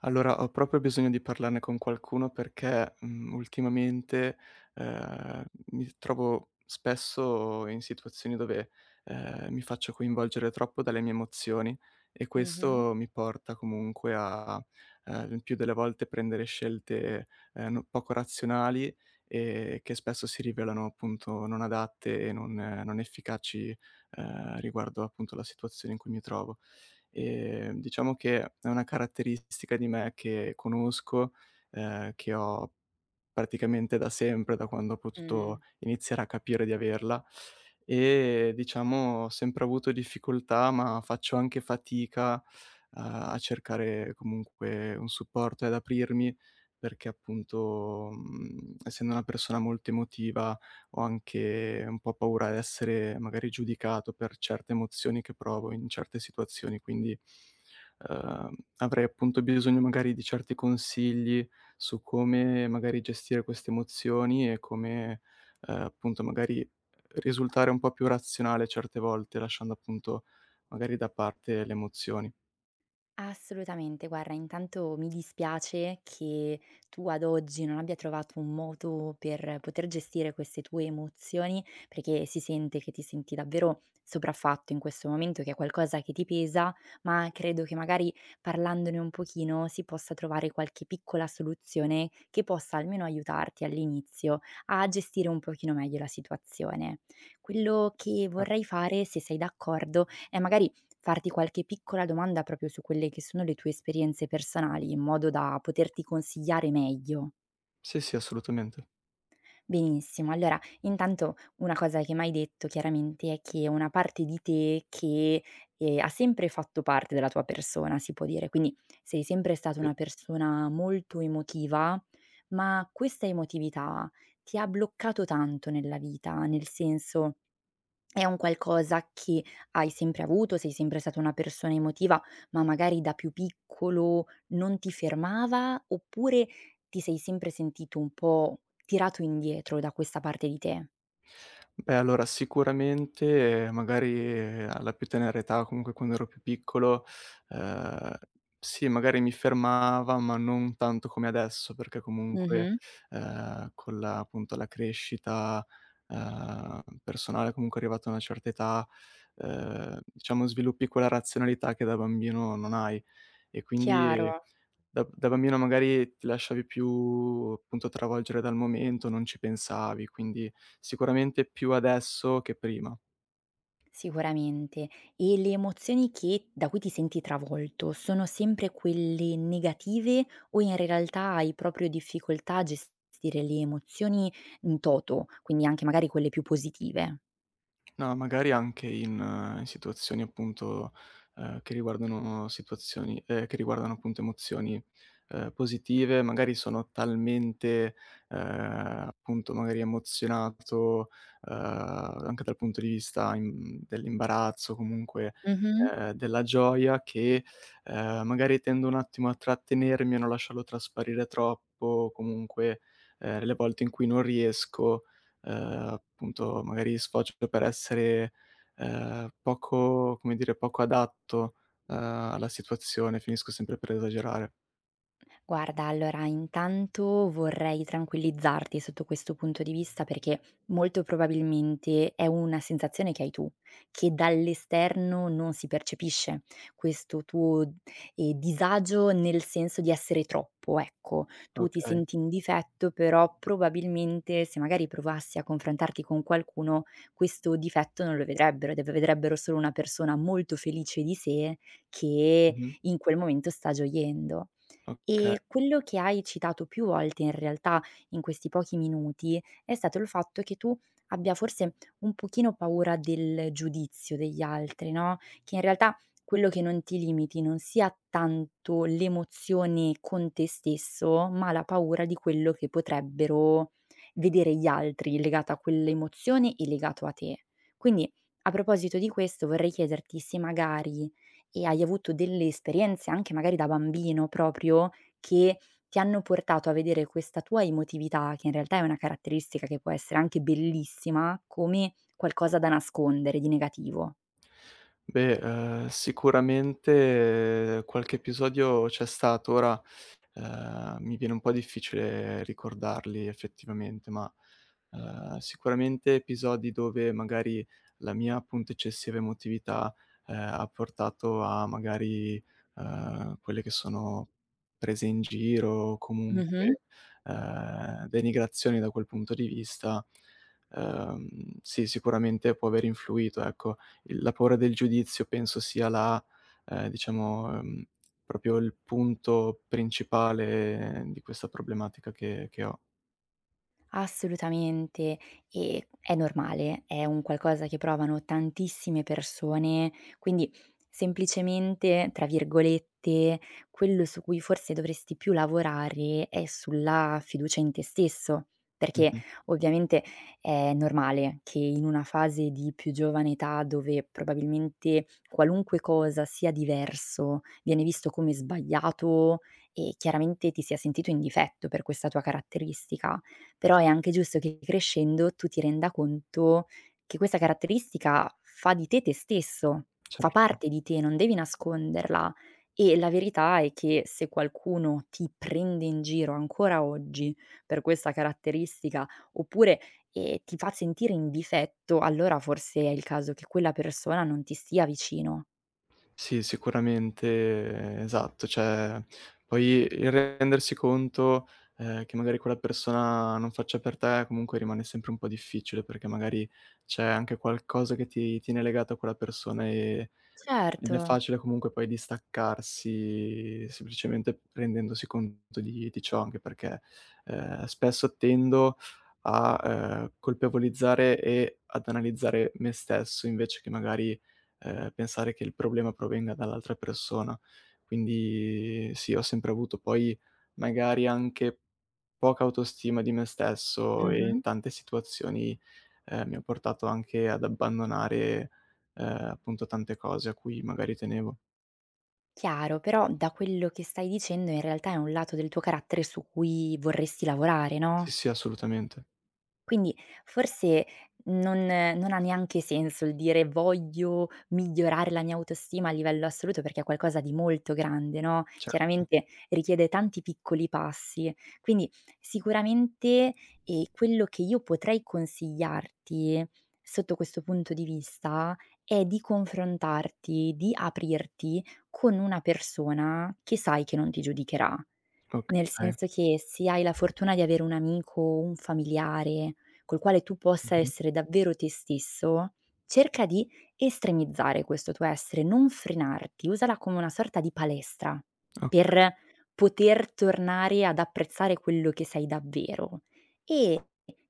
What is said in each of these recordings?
Allora, ho proprio bisogno di parlarne con qualcuno perché, ultimamente, ehm, mi trovo spesso in situazioni dove, mi faccio coinvolgere troppo dalle mie emozioni e Mh-mh. questo mi porta comunque a, il più delle volte prendere scelte, no poco razionali e che spesso si rivelano appunto non adatte e non non efficaci, riguardo appunto la situazione in cui mi trovo. Diciamo che è una caratteristica di me che conosco, che ho praticamente da sempre, da quando ho Mh. potuto iniziare a capire di averla e diciamo ho sempre avuto difficoltà, ma faccio anche fatica a cercare comunque un supporto e ad aprirmi perché appunto, essendo una persona molto emotiva ho anche un po' paura di essere magari giudicato per certe emozioni che provo in certe situazioni, quindi, avrei appunto bisogno magari di certi consigli su come magari gestire queste emozioni e come, appunto magari risultare un po' più razionale certe volte, lasciando appunto magari da parte le emozioni. Assolutamente. Guarda, intanto mi dispiace che tu ad oggi non abbia trovato un modo per poter gestire queste tue emozioni, perché si sente che ti senti davvero sopraffatto in questo momento, che è qualcosa che ti pesa, ma credo che magari parlandone un pochino si possa trovare qualche piccola soluzione che possa almeno aiutarti all'inizio a gestire un pochino meglio la situazione. Quello che Cer vorrei fare, se sei d'accordo, è magari farti qualche piccola domanda proprio su quelle che sono le tue esperienze personali, in modo da poterti consigliare meglio. Sì, sì, assolutamente. Benissimo, allora intanto una cosa che mi hai detto chiaramente è che è una parte di te che, ha sempre fatto parte della tua persona, si può dire, quindi sei sempre stata una Sì. persona molto emotiva, ma questa emotività ti ha bloccato tanto nella vita, nel senso è un qualcosa che hai sempre avuto, sei sempre stata una persona emotiva, ma magari da più piccolo non ti fermava, oppure ti sei sempre sentito un po' tirato indietro da questa parte di te? Beh, allora sicuramente magari alla più tenera età, comunque quando ero più piccolo, ehm, sì magari mi fermava, ma non tanto come adesso, perché comunque, Mh-mh. Con la appunto la crescita, personale comunque arrivato a una certa età, diciamo sviluppi quella razionalità che da bambino non hai e quindi Chiaro, da bambino magari ti lasciavi più, appunto, travolgere dal momento, non ci pensavi, quindi sicuramente più adesso che prima. sicuramente. E le emozioni che da cui ti senti travolto, sono sempre quelle negative o in realtà hai proprio difficoltà a gestire le emozioni in toto, quindi anche magari quelle più positive? No, magari anche in in situazioni appunto, che riguardano situazioni che riguardano appunto emozioni, positive, magari sono talmente, ehm, appunto magari emozionato, anche dal punto di vista im dell'imbarazzo, comunque, Mh-mh. Della gioia che, magari tendo un attimo a trattenermi, a non lasciarlo trasparire troppo, comunque, le volte in cui non riesco, appunto magari sfocio per essere, poco come dire, poco adatto, alla situazione, finisco sempre per esagerare. Guarda, allora intanto vorrei tranquillizzarti sotto questo punto di vista perché molto probabilmente è una sensazione che hai tu, che dall'esterno non si percepisce, questo tuo, disagio nel senso di essere troppo, ecco. Tu ti Okay. senti in difetto, però probabilmente se magari provassi a confrontarti con qualcuno questo difetto non lo vedrebbero, deve vedrebbero solo una persona molto felice di sé che Mh-mh. in quel momento sta gioiendo. Okay. E quello che hai citato più volte in realtà in questi pochi minuti è stato il fatto che tu abbia forse un pochino paura del giudizio degli altri, no, che in realtà quello che non ti limiti non sia tanto l'emozione con te stesso, ma la paura di quello che potrebbero vedere gli altri legata a quell'emozione e legato a te. Quindi a proposito di questo vorrei chiederti se magari, hai avuto delle esperienze anche magari da bambino proprio, che ti hanno portato a vedere questa tua emotività, che in realtà è una caratteristica che può essere anche bellissima, come qualcosa da nascondere di negativo. Beh, sicuramente qualche episodio c'è stato. Ora, mi viene un po' difficile ricordarli effettivamente, ma, sicuramente episodi dove magari la mia, appunto, eccessiva emotività, ha portato a magari, quelle che sono prese in giro o Mh-mh. comunque, denigrazioni da quel punto di vista, sì, sicuramente può aver influito, ecco. Il La paura del giudizio penso sia la diciamo, proprio il punto principale di questa problematica che ho. Assolutamente, e è normale, è un qualcosa che provano tantissime persone, quindi semplicemente, tra virgolette, quello su cui forse dovresti più lavorare è sulla fiducia in te stesso, perché Mh-mh. ovviamente è normale che in una fase di più giovane età dove probabilmente qualunque cosa sia diverso viene visto come sbagliato e chiaramente ti sia sentito in difetto per questa tua caratteristica però è anche giusto che crescendo tu ti renda conto che questa caratteristica fa di te te stesso, fa Certo. parte di te, non devi nasconderla. E la verità è che se qualcuno ti prende in giro ancora oggi per questa caratteristica, oppure, ti fa sentire in difetto, allora forse è il caso che quella persona non ti stia vicino. Sì, sicuramente esatto, cioè poi il rendersi conto, che magari quella persona non faccia per te, comunque rimane sempre un po' difficile, perché magari c'è anche qualcosa che ti tiene legato a quella persona ed Certo. è facile comunque poi distaccarsi semplicemente rendendosi conto di ciò, anche perché, spesso tendo a, colpevolizzare e ad analizzare me stesso invece che magari, pensare che il problema provenga dall'altra persona. Quindi sì, ho sempre avuto poi magari anche poca autostima di me stesso e Mh-mh. in tante situazioni, mi ha portato anche ad abbandonare, ehm, appunto tante cose a cui magari tenevo. Chiaro, però da quello che stai dicendo in realtà è un lato del tuo carattere su cui vorresti lavorare, Sì, no? sì, assolutamente. Quindi forse non ha neanche senso il dire: "Voglio migliorare la mia autostima a livello assoluto", perché è qualcosa di molto grande, no, Certo. chiaramente richiede tanti piccoli passi. Quindi sicuramente, quello che io potrei consigliarti sotto questo punto di vista è di confrontarti, di aprirti con una persona che sai che non ti giudicherà. Nel Okay. senso che se hai la fortuna di avere un amico, un familiare col quale tu possa Mh-mh. essere davvero te stesso, cerca di estremizzare questo tuo essere, non frenarti, usala come una sorta di palestra O per poter tornare ad apprezzare quello che sei davvero. E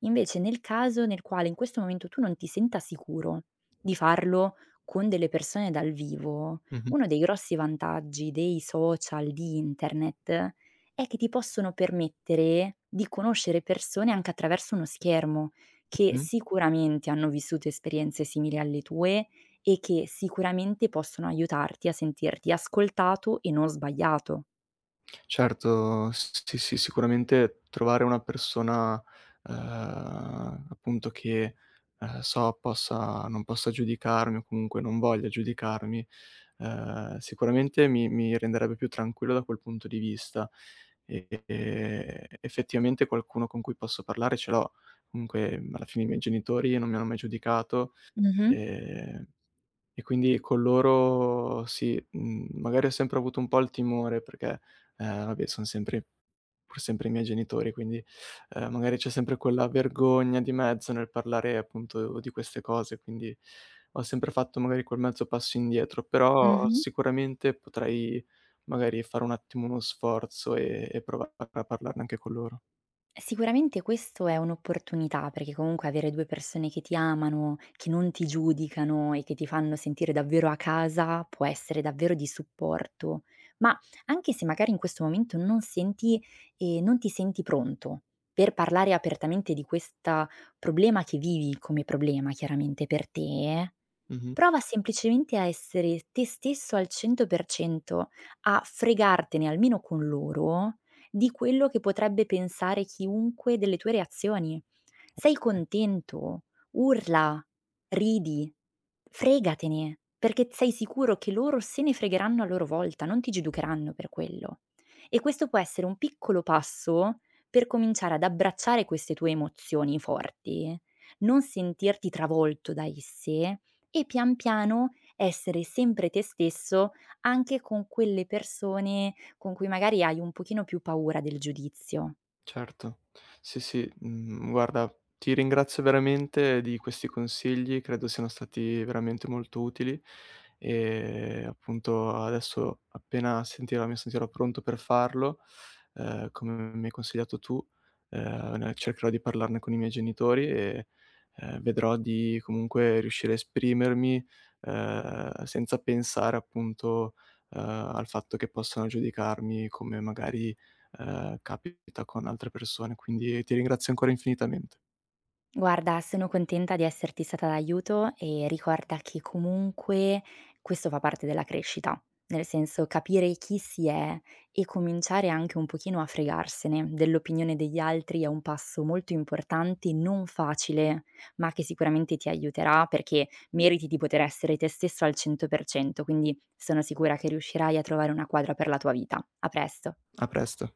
invece nel caso nel quale in questo momento tu non ti senta sicuro di farlo con delle persone dal vivo, Mh-mh, uno dei grossi vantaggi dei social, di internet è che ti possono permettere di conoscere persone anche attraverso uno schermo, che mh-mh. sicuramente hanno vissuto esperienze simili alle tue e che sicuramente possono aiutarti a sentirti ascoltato e non sbagliato. Certo, s sì, sì, sicuramente trovare una persona, appunto che, so possa non possa giudicarmi o comunque non voglia giudicarmi, sicuramente mi renderebbe più tranquillo da quel punto di vista. E effettivamente qualcuno con cui posso parlare ce l'ho. Comunque, alla fine i miei genitori non mi hanno mai giudicato. Mh-mh. Ehm, e quindi con loro sì, magari ho sempre avuto un po' il timore perché, vabbè, son sempre pur sempre i miei genitori, quindi, magari c'è sempre quella vergogna di mezzo nel parlare appunto di queste cose, quindi ho sempre fatto magari quel mezzo passo indietro, però Mh-mh. sicuramente potrei magari fare un attimo uno sforzo e provare a parlarne anche con loro. Sicuramente questo è un'opportunità, perché comunque avere 2 persone che ti amano, che non ti giudicano e che ti fanno sentire davvero a casa, può essere davvero di supporto. Ma anche se magari in questo momento non senti non ti senti pronto per parlare apertamente di questa problema che vivi come problema chiaramente per te. Mh-mh. Prova semplicemente a essere te stesso al 100%, a fregartene almeno con loro di quello che potrebbe pensare chiunque delle tue reazioni. Sei contento, urla, ridi, fregatene, perché sei sicuro che loro se ne fregheranno a loro volta, non ti giudicheranno per quello. E questo può essere un piccolo passo per cominciare ad abbracciare queste tue emozioni forti, non sentirti travolto da esse, e pian piano essere sempre te stesso anche con quelle persone con cui magari hai un pochino più paura del giudizio. Certo. Sì, sì, guarda, ti ringrazio veramente di questi consigli, credo siano stati veramente molto utili e appunto adesso appena sentirò mi sentirò pronto per farlo, come mi hai consigliato tu, ne cercherò di parlarne con i miei genitori e, vedrò di comunque riuscire a esprimermi, senza pensare appunto, al fatto che possano giudicarmi come magari capita con altre persone. Quindi ti ringrazio ancora infinitamente. Guarda, sono contenta di esserti stata d'aiuto e ricorda che comunque questo fa parte della crescita, nel senso capire chi si è e cominciare anche un pochino a fregarsene dell'opinione degli altri è un passo molto importante, non facile, ma che sicuramente ti aiuterà perché meriti di poter essere te stesso al 100%, quindi sono sicura che riuscirai a trovare una quadra per la tua vita. A presto. A presto.